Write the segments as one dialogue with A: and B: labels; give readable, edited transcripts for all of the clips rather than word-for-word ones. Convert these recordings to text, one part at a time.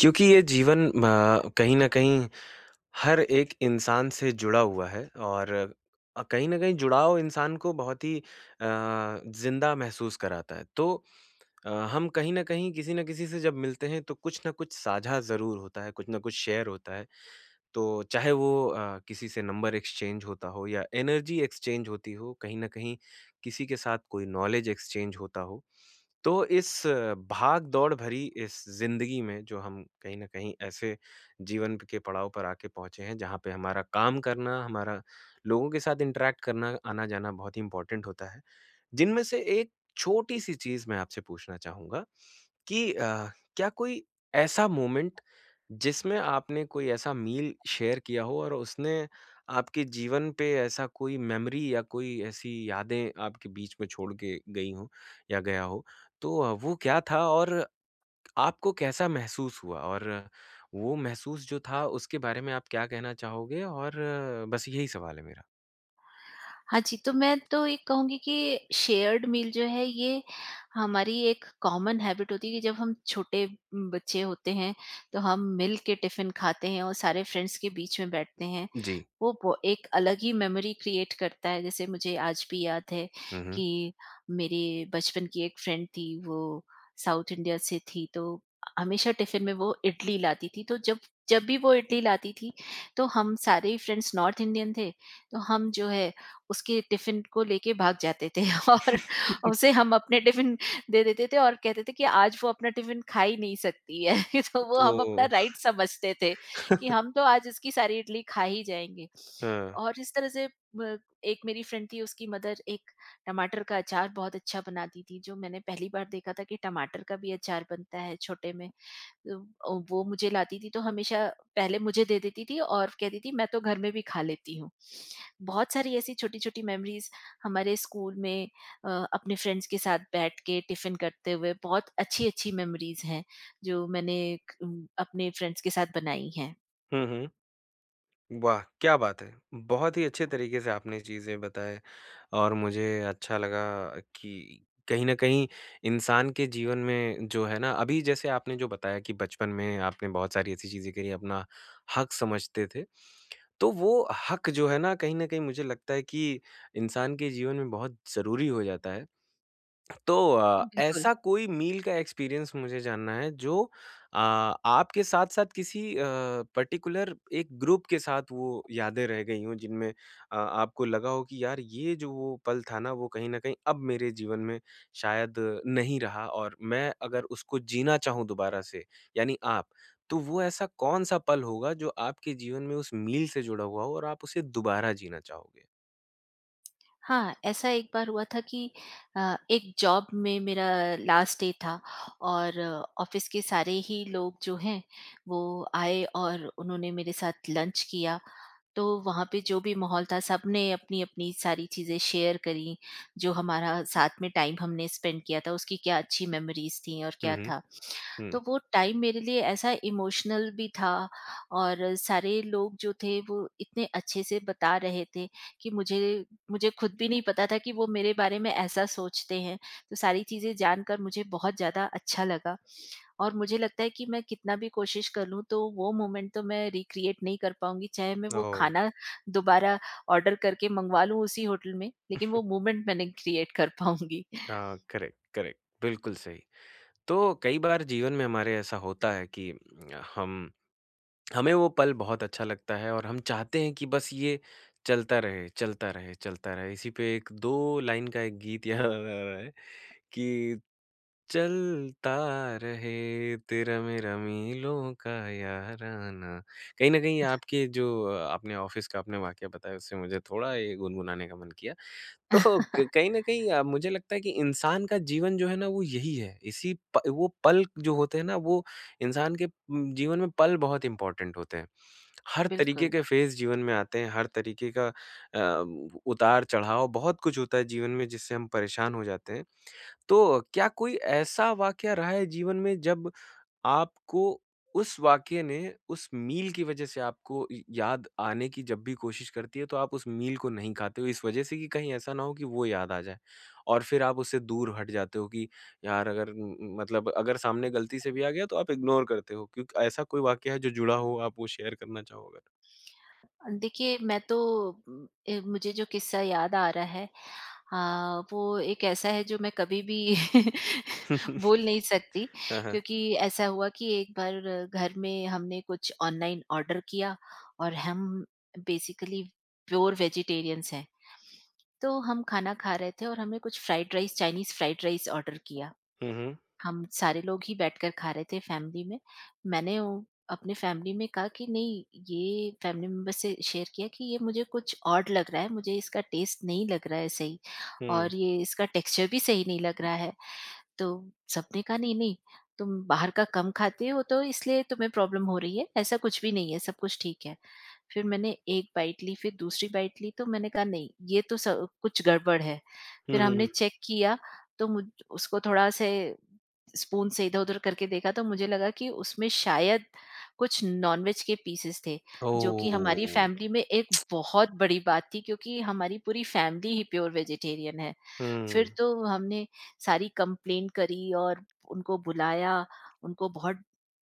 A: क्योंकि ये जीवन कहीं न कहीं हर एक इंसान से जुड़ा हुआ है और कहीं न कहीं जुड़ाव इंसान को बहुत ही ज़िंदा महसूस कराता है। तो हम कहीं न कहीं किसी न किसी से जब मिलते हैं तो कुछ न कुछ साझा ज़रूर होता है, कुछ न कुछ शेयर होता है। तो चाहे वो किसी से नंबर एक्सचेंज होता हो या एनर्जी एक्सचेंज होती हो, कहीं न कहीं किसी के साथ कोई नॉलेज एक्सचेंज होता हो। तो इस भाग-दौड़ भरी इस ज़िंदगी में जो हम कहीं न कहीं ऐसे जीवन के पड़ाव पर आके पहुँचे हैं जहाँ पे हमारा काम करना, हमारा लोगों के साथ इंटरैक्ट करना, आना-जाना बहुत ही इम्पोर्टेंट होता है। जिनमें से एक छोटी-सी चीज़ मैं आपसे पूछना चाहूँगा कि क्या कोई ऐसा मोमेंट जिसमें आपने कोई ऐसा मील शेयर किया हो और उसने आपके जीवन पे ऐसा कोई मेमोरी या कोई ऐसी यादें आपके बीच में छोड़ के गई हो या गया हो तो वो क्या था और आपको कैसा महसूस हुआ? और वो महसूस जो था उसके बारे में आप क्या कहना चाहोगे? और बस यही सवाल है मेरा।
B: हाँ जी, तो मैं तो ये कहूँगी कि शेयर्ड मील जो है ये हमारी एक कॉमन हैबिट होती है कि जब हम छोटे बच्चे होते हैं, तो हम मिल के टिफ़िन खाते हैं और सारे फ्रेंड्स के बीच में बैठते हैं।
A: जी।
B: वो एक अलग ही मेमोरी क्रिएट करता है। जैसे मुझे आज भी याद है
A: हुँ, हुँ।
B: कि मेरे बचपन की एक फ्रेंड थी, वो साउथ इंडिया से थी, तो हमेशा टिफिन में वो इडली लाती थी। तो जब जब भी वो इडली लाती थी, तो हम सारे ही फ्रेंड्स नॉर्थ इंडियन थे, तो हम जो है उसके टिफिन को लेके भाग जाते थे और उसे हम अपने टिफिन दे देते थे और कहते थे कि आज वो अपना टिफिन खा ही नहीं सकती है। तो वो हम अपना
A: तो
B: राइट समझते थे कि हम तो आज इसकी सारी इडली खा ही जाएँगे।
A: हाँ।
B: और इस तरह से ब एक मेरी फ्रेंड थी, उसकी मदर एक टमाटर का अचार बहुत अच्छा बनाती थी, जो मैंने पहली बार देखा था कि टमाटर का भी अचार बनता है, छोटे में। तो वो मुझे लाती थी तो हमेशा पहले मुझे दे देती थी और कहती थी, मैं तो घर में भी खा लेती हूँ। बहुत सारी ऐसी छोटी-छोटी मेमोरीज़ हमारे स्कूल में अपने फ्रेंड्स के साथ बैठ के टिफ़िन करते हुए बहुत अच्छी-अच्छी मेमोरीज़ हैं, जो मैंने अपने फ्रेंड्स के साथ बनाई हैं।
A: हुँ, हुँ। वाह! क्या बात है! बहुत ही अच्छे तरीके से आपने चीज़ें बताएँ और मुझे अच्छा लगा कि कहीं न कहीं इंसान के जीवन में जो है ना अभी जैसे आपने जो बताया कि बचपन में आपने बहुत सारी ऐसी चीज़ें करी, अपना हक समझते थे। तो वो हक जो है ना, कहीं न कहीं मुझे लगता है कि इंसान के जीवन में बहुत ज़रूरी हो जाता है। तो
B: बिल्कुल।
A: ऐसा कोई मील का एक्सपीरियंस मुझे जानना है जो आपके साथ-साथ किसी पर्टिकुलर एक ग्रुप के साथ वो यादें रह गई हों जिनमें आपको लगा हो कि यार ये जो वो पल था ना वो कहीं न कहीं अब मेरे जीवन में शायद नहीं रहा और मैं अगर उसको जीना चाहूँ दोबारा से यानी आप, तो वो ऐसा कौन-सा पल होगा जो आपके जीवन में उस मील से जुड़ा हुआ हो और आप उसे दोबारा जीना चाहोगे?
B: हाँ, ऐसा एक बार हुआ था कि एक जॉब में मेरा लास्ट डे था और ऑफ़िस के सारे ही लोग जो हैं, वो आए और उन्होंने मेरे साथ लंच किया। तो वहाँ पे जो भी माहौल था, सबने अपनी-अपनी सारी चीज़ें शेयर करी, जो हमारा साथ में टाइम हमने स्पेंड किया था उसकी क्या अच्छी मेमोरीज़ थी और
A: हुँ,
B: क्या
A: हुँ।
B: था।
A: हुँ।
B: तो वो टाइम मेरे लिए ऐसा इमोशनल भी था और सारे लोग जो थे वो इतने अच्छे से बता रहे थे कि मुझे मुझे खुद भी नहीं पता था कि वो मेरे बारे में ऐसा सोचते हैं। तो सारी चीज़ें जानकर मुझे बहुत ज़्यादा अच्छा लगा और मुझे लगता है कि मैं कितना भी कोशिश कर लूँ तो वो मोमेंट तो मैं रिक्रिएट नहीं कर पाऊँगी, चाहे मैं वो
A: ओह!
B: खाना दोबारा ऑर्डर करके मँगवा लूँ उसी होटल में, लेकिन वो मोमेंट मैं नहीं क्रिएट कर पाऊँगी।
A: हाँ, करेक्ट, करेक्ट। बिल्कुल सही। तो कई बार जीवन में हमारे ऐसा होता है कि हम हमें वो पल बहुत अच्छा लगता है और हम चाहते हैं कि बस ये चलता रहे, चलता रहे, चलता रहे। इसी पे एक दो लाइन का एक गीत याद आ रहा है कि चलता रहे तेरा मेरा मीलों का याराना। कहीं न कहीं आपके जो आपने ऑफ़िस का आपने वाकया बताया उससे मुझे थोड़ा ये गुनगुनाने का मन किया। तो क कहीं न कहीं मुझे लगता है कि इंसान का जीवन जो है ना वो यही है। इसी प वो पल जो होते हैं ना वो इंसान के जीवन में पल बहुत इम्पोर्टेंट होते हैं। हर तरीके
B: बिल्कुल।
A: के फ़ेज़ जीवन में आते हैं, हर तरीके का उतार-चढ़ाव बहुत कुछ होता है जीवन में जिससे हम परेशान हो जाते हैं। तो क्या कोई ऐसा वाक़या रहा है जीवन में जब आपको उस वाक़ये ने उस मील की वज़ह से आपको य याद आने की जब भी कोशिश करती है, तो आप उस मील को नहीं खाते हो इस वज़ह से कि कहीं ऐसा ना हो कि वो याद आ जाए। और फिर आप उससे दूर हट जाते हो कि यार अगर म म मतलब अगर सामने गलती से भी आ गया तो आप इग्नोर करते हो क्योंकि ऐसा कोई वाक़या है जो जुड़ा हो आप वो शेयर करना चाहो अगर?
B: देखिए, मैं तो मुझे जो किस्सा याद आ रहा है वो एक ऐसा है जो मैं कभी भी बोल नहीं सकती,
A: हाँ, हाँ।
B: क्योंकि ऐसा हुआ कि एक बार घर में हमने कुछ ऑनलाइन ऑर्डर किया और हम बेसिकली प्योर वेजिटेरियंस हैं। तो हम खाना खा रहे थे और हमने कुछ fried rice, Chinese fried rice order किया।
A: हुँ, हुँ।
B: हम सारे लोग ही बैठकर खा रहे थे फैमिली में। मैंने वो अपने फैमिली में कहा कि नहीं, ये फैमिली मेंबर से शेयर किया कि ये मुझे कुछ ऑड लग रहा है, मुझे इसका टेस्ट नहीं लग रहा है सही
A: हुँ।
B: और ये इसका टेक्सचर भी सही नहीं लग रहा है। तो सबने कहा, नहीं-नहीं, तुम बाहर का कम खाते हो तो इसलिए तुम्हें प्रॉब्लम हो रही है, ऐसा कुछ भी नहीं है, सब कुछ ठीक है। फिर मैंने एक बाइट ली, फिर दूसरी बाइट ली, तो मैंने कहा, नहीं, ये तो स कुछ गड़बड़ है।
A: हुँ,
B: फिर
A: हुँ,
B: हमने
A: हुँ।
B: चेक किया, तो मुझ उसको थोड़ा से स्पून से इधर-उधर करके देखा तो मुझे लगा कि उसमें शायद कुछ नॉनवेज के पीसेस थे, जो कि हमारी
A: ओह!
B: फैमिली में एक बहुत बड़ी बात थी, क्योंकि हमारी पूरी फैमिली ही प्योर वेजिटेरियन है। फिर
A: हुँ।
B: तो हमने सारी कंप्लेंट करी और उनको बुलाया, उनको बहुत,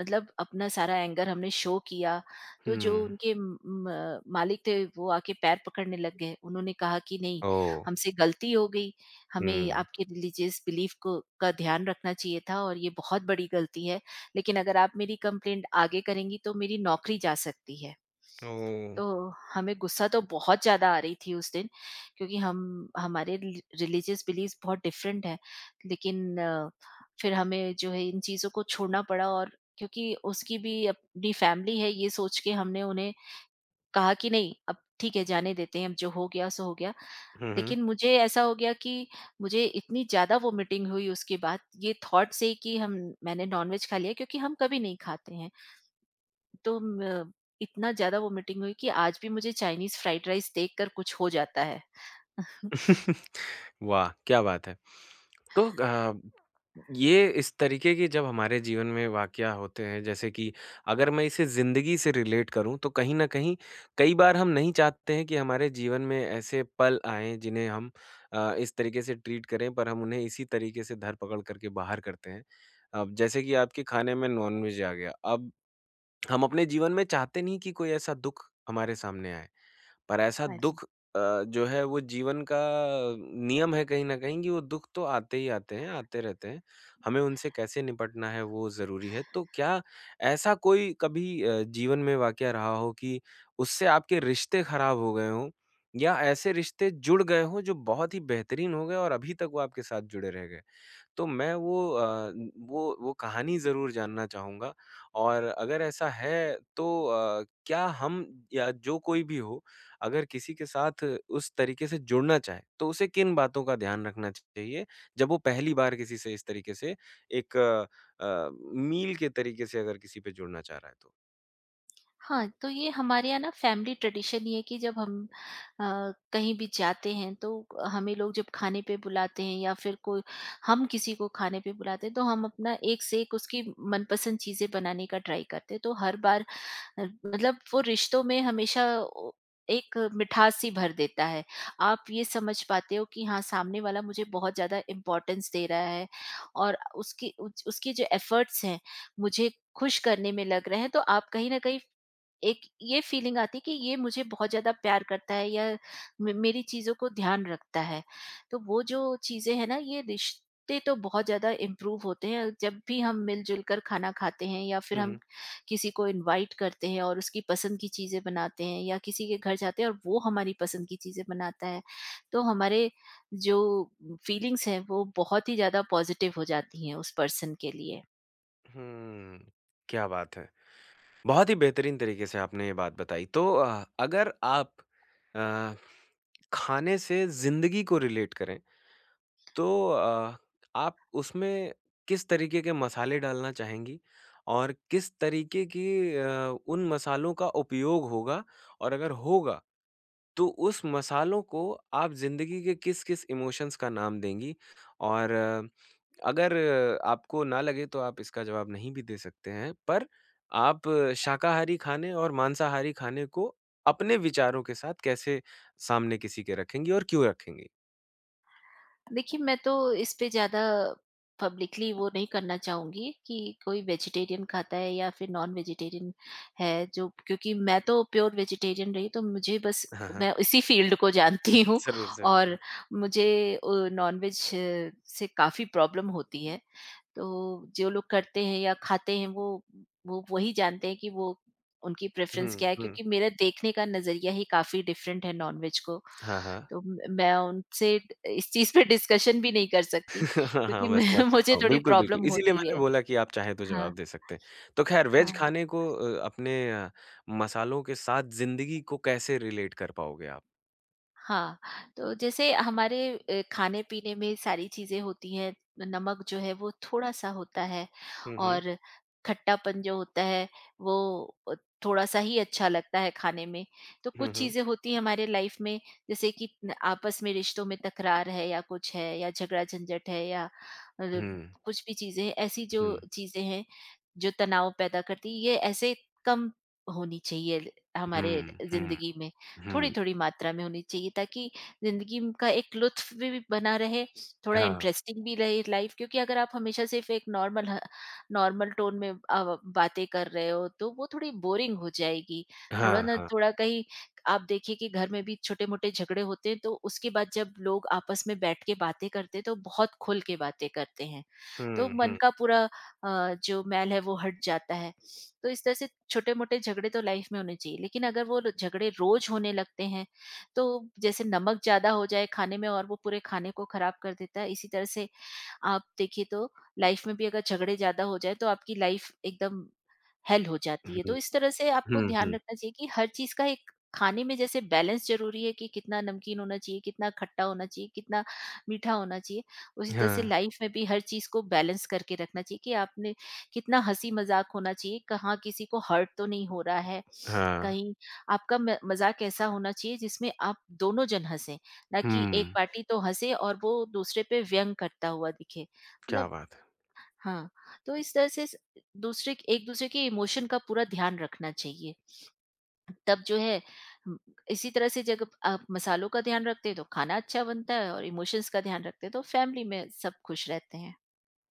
B: मतलब अपना सारा एंगर हमने शो किया।
A: हुँ।
B: तो जो उनके म मालिक थे वो आके पैर पकड़ने लग गए। उन्होंने कहा कि नहीं,
A: ओह!
B: हमसे गलती हो गई, हमें
A: हुँ।
B: आपके रिलीजियस बिलीफ को का ध्यान रखना चाहिए था और ये बहुत बड़ी गलती है। लेकिन अगर आप मेरी कंप्लेंट आगे करेंगी तो मेरी नौकरी जा सकती है।
A: ओह!
B: तो हमें गुस्सा तो बहुत ज़्यादा आ रही थी उस दिन, क्योंकि हम हमारे रिलीजियस बिलीव्स बहुत डिफरेंट है, लेकिन फिर हमें जो है इन चीज़ों को छोड़ना पड़ा। और क्योंकि उसकी भी अपनी फैमिली है, ये सोच के हमने उन्हें कहा कि नहीं, अब ठीक है, जाने देते हैं, अब जो हो गया सो हो गया।
A: हुँ, हुँ।
B: लेकिन मुझे ऐसा हो गया कि मुझे इतनी ज़्यादा वोमिटिंग हुई उसके बाद, ये थॉट से कि हम मैंने नॉनवेज खा लिया, क्योंकि हम कभी नहीं खाते हैं। तो म इतना ज़्यादा वोमिटिंग हुई कि आज भी मुझे चाइनीज़ फ्राइड राइस देखकर कुछ हो जाता है।
A: वाह! क्या बात है। तो ये इस तरीके के जब हमारे जीवन में वाक़या होते हैं, जैसे कि अगर मैं इसे ज़िंदगी से रिलेट करूँ, तो कहीं न कहीं कई बार हम नहीं चाहते हैं कि हमारे जीवन में ऐसे पल आएँ, जिन्हें हम इस तरीके से ट्रीट करें, पर हम उन्हें इसी तरीके से धर पकड़ करके बाहर करते हैं। अब जैसे कि आपके खाने में नॉन-वेज आ गया, अब हम अपने जीवन में चाहते नहीं कि कोई ऐसा दुःख हमारे सामने आए। पर ऐसा
B: हाँ जी।
A: दुःख जो है वो जीवन का नियम है कहीं न कहीं कि वो दुःख तो आते ही आते हैं, आते रहते हैं। हमें उनसे कैसे निपटना है वो ज़रूरी है। तो क्या ऐसा कोई कभी जीवन में वाक़या रहा हो कि उससे आपके रिश्ते ख़राब हो गए हों या ऐसे रिश्ते जुड़ गए हों जो बहुत ही बेहतरीन हो गए और अभी तक वो आपके साथ जुड़े रह गए? तो मैं वो वो कहानी ज़रूर जानना चाहूँगा और अगर ऐसा है तो क्या हम या जो कोई भी हो, अगर किसी के साथ उस तरीके से जुड़ना चाहे, तो उसे किन बातों का ध्यान रखना चाहिए, जब वो पहली बार किसी से इस तरीके से एक अ, मील के तरीके से अगर किसी पे जुड़ना चाह रहा है तो?
B: हाँ, तो ये हमारे यहाँ ना फैमिली ट्रेडिशन ये है कि जब हम कहीं भी जाते हैं तो हमें लोग जब खाने पे बुलाते हैं या फिर कोई, हम किसी को खाने पे बुलाते हैं, तो हम अपना एक से एक उसकी मनपसंद चीज़ें बनाने का ट्राई करते हैं। तो हर बार मतलब वो रिश्तों में हमेशा ओ एक मिठास सी भर देता है। आप ये समझ पाते हो कि हाँ, सामने वाला मुझे बहुत ज़्यादा इम्पोर्टेंस दे रहा है और उसकी उच उसके जो एफ़र्ट्स हैं, मुझे खुश करने में लग रहे हैं, तो आप कहीं न कहीं एक ये फीलिंग आती है कि ये मुझे बहुत ज़्यादा प्यार करता है या मे मेरी चीज़ों को ध्यान रखता है। तो वो जो चीज़ें हैं ना, ये रिश्ते तो बहुत ज़्यादा इम्प्रूव होते हैं। जब भी हम मिल-जुल कर खाना खाते हैं या फिर
A: हुँ,
B: हम
A: हुँ।
B: किसी को इनवाइट करते हैं और उसकी पसंद की चीज़ें बनाते हैं, या किसी के घर जाते हैं और वो हमारी पसंद की चीज़ें बनाता है, तो हमारे जो फीलिंग्स हैं वो बहुत ही ज़्यादा पॉज़िटिव हो जाती हैं उस पर्सन के लिए।
A: हुँ, क्या बात है! बहुत ही बेहतरीन तरीके से आपने ये बात बताई। तो अगर आप अ, खाने से ज़िंदगी को रिलेट करें, तो आप उसमें किस तरीके के मसाले डालना चाहेंगी? और किस तरीके की उन मसालों का उपयोग होगा? और अगर होगा, तो उस मसालों को आप ज़िंदगी के किस-किस इमोशंस का नाम देंगी? और अगर आपको ना लगे तो आप इसका जवाब नहीं भी दे सकते हैं, पर आप शाकाहारी खाने और मांसाहारी खाने को अपने विचारों के साथ कैसे सामने किसी के रखेंगी और क्यों रखेंगी?
B: देखिए, मैं तो इस पे ज़्यादा पब्लिकली वो नहीं करना चाहूँगी कि कोई वेजिटेरियन खाता है या फिर नॉन वेजिटेरियन है, जो क्योंकि मैं तो प्योर वेजिटेरियन रही, तो मुझे बस,
A: हाँ, हाँ।
B: मैं इसी फ़ील्ड को जानती हूँ
A: ज़रूर, ज़रूर,
B: और
A: ज़रूर।
B: मुझे नॉन-वेज से काफ़ी प्रॉब्लम होती है। तो जो लोग करते हैं या खाते हैं, वो वही जानते हैं कि वो, उनकी प्रेफ़रेंस
A: हुँ,
B: क्या है,
A: हुँ।
B: क्योंकि मेरा देखने का नज़रिया ही काफ़ी डिफ़रेंट है नॉनवेज को।
A: हाँ, हाँ।
B: तो म मैं उनसे इस चीज़ पे डिस्कशन भी नहीं कर सकती,
A: हाँ, हाँ,
B: क्योंकि
A: मैं
B: मैं
A: समझ
B: मुझे
A: सकता हूँ।
B: थोड़ी
A: बिल्कुल, बिल्कुल।
B: प्रॉब्लम
A: इसीलिए
B: होती
A: मैंने
B: है।
A: बोला कि आप चाहें तो
B: हाँ,
A: जवाब दे सकते हैं। तो ख़ैर वेज
B: हाँ।
A: खाने को अपने मसालों के साथ ज़िंदगी को कैसे रिलेट कर पाओगे आप?
B: हाँ, तो जैसे हमारे खाने-पीने में सारी चीज़ें होती हैं, नमक जो है वो थोड़ा-सा होता है
A: हुँ, हुँ।
B: और खट्टापन जो होता है वो अ, थोड़ा-सा ही अच्छा लगता है खाने में। तो कुछ
A: हुँ, हुँ।
B: चीज़ें होती हैं हमारे लाइफ में, जैसे कि न आपस में रिश्तों में तकरार है, या कुछ है, या झगड़ा-झंझट है, या
A: हुँ,
B: कुछ भी चीज़ें ऐसी, जो
A: हुँ,
B: चीज़ें हैं, जो तनाव पैदा करती है, ये ऐसे कम होनी चाहिए ल हमारे
A: हुँ, हुँ,
B: ज़िंदगी में।
A: हुँ, हुँ।
B: थोड़ी-थोड़ी मात्रा में होनी चाहिए ताकि ज़िंदगी म का एक लुत्फ़ भी बना रहे, थोड़ा
A: हाँ।
B: इंटरेस्टिंग भी रहे लाइफ़, क्योंकि अगर आप हमेशा सिर्फ़ एक नॉर्मल टोन में बातें कर रहे हो तो वो थोड़ी बोरिंग हो जाएगी। थोड़ा
A: हाँ,
B: ना
A: हाँ।
B: थोड़ा कहीं, आप देखिए कि घर में भी छोटे-मोटे झगड़े होते हैं तो उसके बाद जब लोग आपस में बैठ के बातें करते हैं तो बहुत खुल के बातें करते हैं। तो
A: हुँ,
B: मन
A: हुँ,
B: का पूरा जो मैल है वो हट जाता है। तो इस तरह से छोटे-मोटे झगड़े तो लाइफ में होने चाहिए, लेकिन अगर वो झगड़े रोज़ होने लगते हैं, तो जैसे नमक ज़्यादा हो जाए खाने में और वो पूरे खाने को खराब कर देता है, इसी तरह से आप देखिए तो लाइफ में भी अगर झगड़े ज़्यादा हो जाएँ तो आपकी लाइफ एकदम हेल हो जाती है।
A: हुँ,
B: तो इस तरह से आपको
A: हुँ,
B: ध्यान
A: हुँ।
B: रखना चाहिए कि हर चीज़ का एक खाने में जैसे बैलेंस ज़रूरी है कि कितना नमकीन होना चाहिए, कितना खट्टा होना चाहिए, कितना मीठा होना चाहिए। उसी तरह से
A: हाँ,
B: लाइफ में भी हर चीज़ को बैलेंस करके रखना चाहिए कि आपने, कितना हँसी-मज़ाक होना चाहिए, कहाँ किसी को हर्ट तो नहीं हो रहा है,
A: हाँ।
B: कहीं आपका म मज़ाक ऐसा होना चाहिए जिसमें आप दोनों जन हँसें। ना कि एक
A: हुँ,
B: पार्टी तो हँसे और वो दूसरे पे व्यंग करता हुआ दिखे।
A: क्या
B: मतलब
A: बात है!
B: हाँ, तो इस तरह से स दूसरे क एक-दूसरे के इमोशन का पूरा ध्यान रखना चाहिए। तब जो है, उम, इसी तरह से जब आप मसालों का ध्यान रखते हैं तो खाना अच्छा बनता है और इमोशंस का ध्यान रखते हैं तो फैमिली में सब खुश रहते हैं।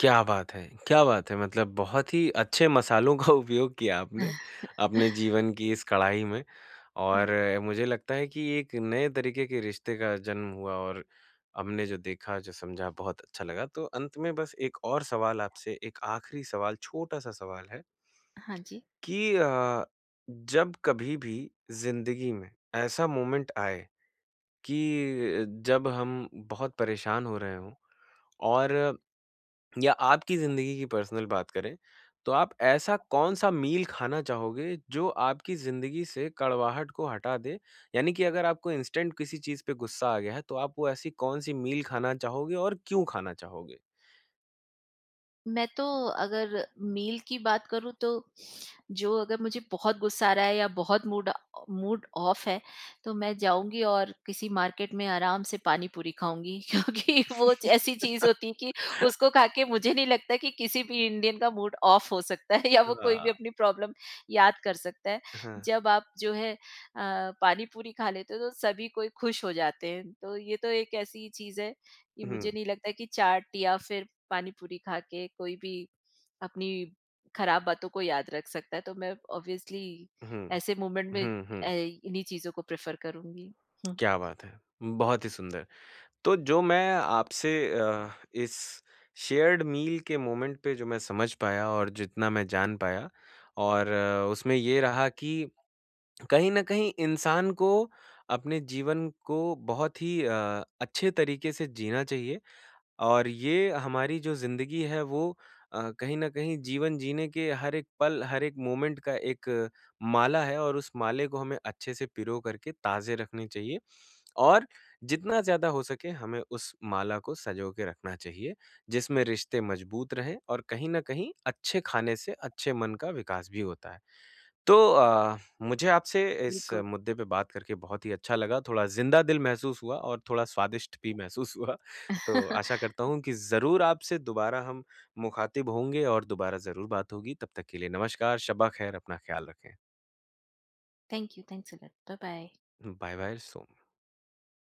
A: क्या बात है! क्या बात है! मतलब बहुत ही अच्छे मसालों का उपयोग किया आपने, अपने जीवन की इस कढ़ाई में और मुझे लगता है कि एक नए तरीके के रिश्ते का जन्म हुआ और हमने जो देखा, जो समझा बहुत अच्छा लगा। तो अंत में बस एक और सवाल आपसे, एक आखिरी सवाल, छोटा-सा सवाल है
B: हाँ जी।
A: कि जब कभी भी ज़िंदगी में ऐसा मोमेंट आए कि जब हम बहुत परेशान हो रहे हों और या आपकी ज़िंदगी की पर्सनल बात करें, तो आप ऐसा कौन-सा मील खाना चाहोगे जो आपकी ज़िंदगी से कड़वाहट को हटा दे? यानी कि अगर आपको इंस्टेंट किसी चीज़ पे गुस्सा आ गया है, तो आप वो ऐसी कौन-सी मील खाना चाहोगे और क्यों खाना चाहोगे?
B: मैं तो अगर मील की बात करूँ तो, जो अगर मुझे बहुत गुस्सा आ रहा है या बहुत मूड मूड ऑफ है, तो मैं जाऊँगी और किसी मार्केट में आराम से पानी पूरी खाऊँगी, क्योंकि वो ऐसी चीज़ होती है कि उसको खा के मुझे नहीं लगता कि किसी भी इंडियन का मूड ऑफ हो सकता है या वो कोई भी
A: हाँ।
B: अपनी प्रॉब्लम याद कर सकता है।
A: हाँ।
B: जब आप जो है पानी पूरी खा लेते हो तो सभी कोई खुश हो जाते हैं। तो ये तो एक ऐसी चीज़ है कि मुझे
A: हुँ,
B: नहीं लगता कि चाट या फिर पानी पूरी खा के कोई भी अपनी खराब बातों को याद रख सकता है। तो मैं ऑब्वियसली
A: हुँ,
B: ऐसे मोमेंट
A: हुँ,
B: में
A: हुँ, हुँ।
B: इन्हीं चीजों को प्रेफर करूंगी। हम्म,
A: क्या बात है! बहुत ही सुंदर। तो जो मैं आपसे इस शेयर्ड मील के मोमेंट पे जो मैं समझ पाया और जितना मैं जान पाया और उसमें ये रहा कि कहीं न कहीं इंसान को अपने जीवन को बहुत ही अच्छे तरीके से जीना चाहिए और ये हमारी जो ज़िंदगी है वो कहीं न कहीं जीवन जीने के हर एक पल, हर एक मोमेंट का एक माला है और उस माले को हमें अच्छे से पिरो करके ताज़े रखने चाहिए। और जितना ज़्यादा हो सके हमें उस माला को सँजो के रखना चाहिए, जिसमें रिश्ते मज़बूत रहें और कहीं न कहीं अच्छे खाने से अच्छे मन का विकास भी होता है। तो मुझे आपसे इस
B: बिल्कुल।
A: मुद्दे पे बात करके बहुत ही अच्छा लगा। थोड़ा ज़िंदा दिल महसूस हुआ और थोड़ा स्वादिष्ट भी महसूस हुआ। तो आशा करता हूँ कि ज़रूर आपसे दोबारा हम मुख़ातिब होंगे और दोबारा ज़रूर बात होगी। तब तक के लिए नमस्कार, शब्बा ख़ैर, अपना ख़्याल रखें।
B: Thank you, thanks a lot, bye bye.
A: Bye bye, so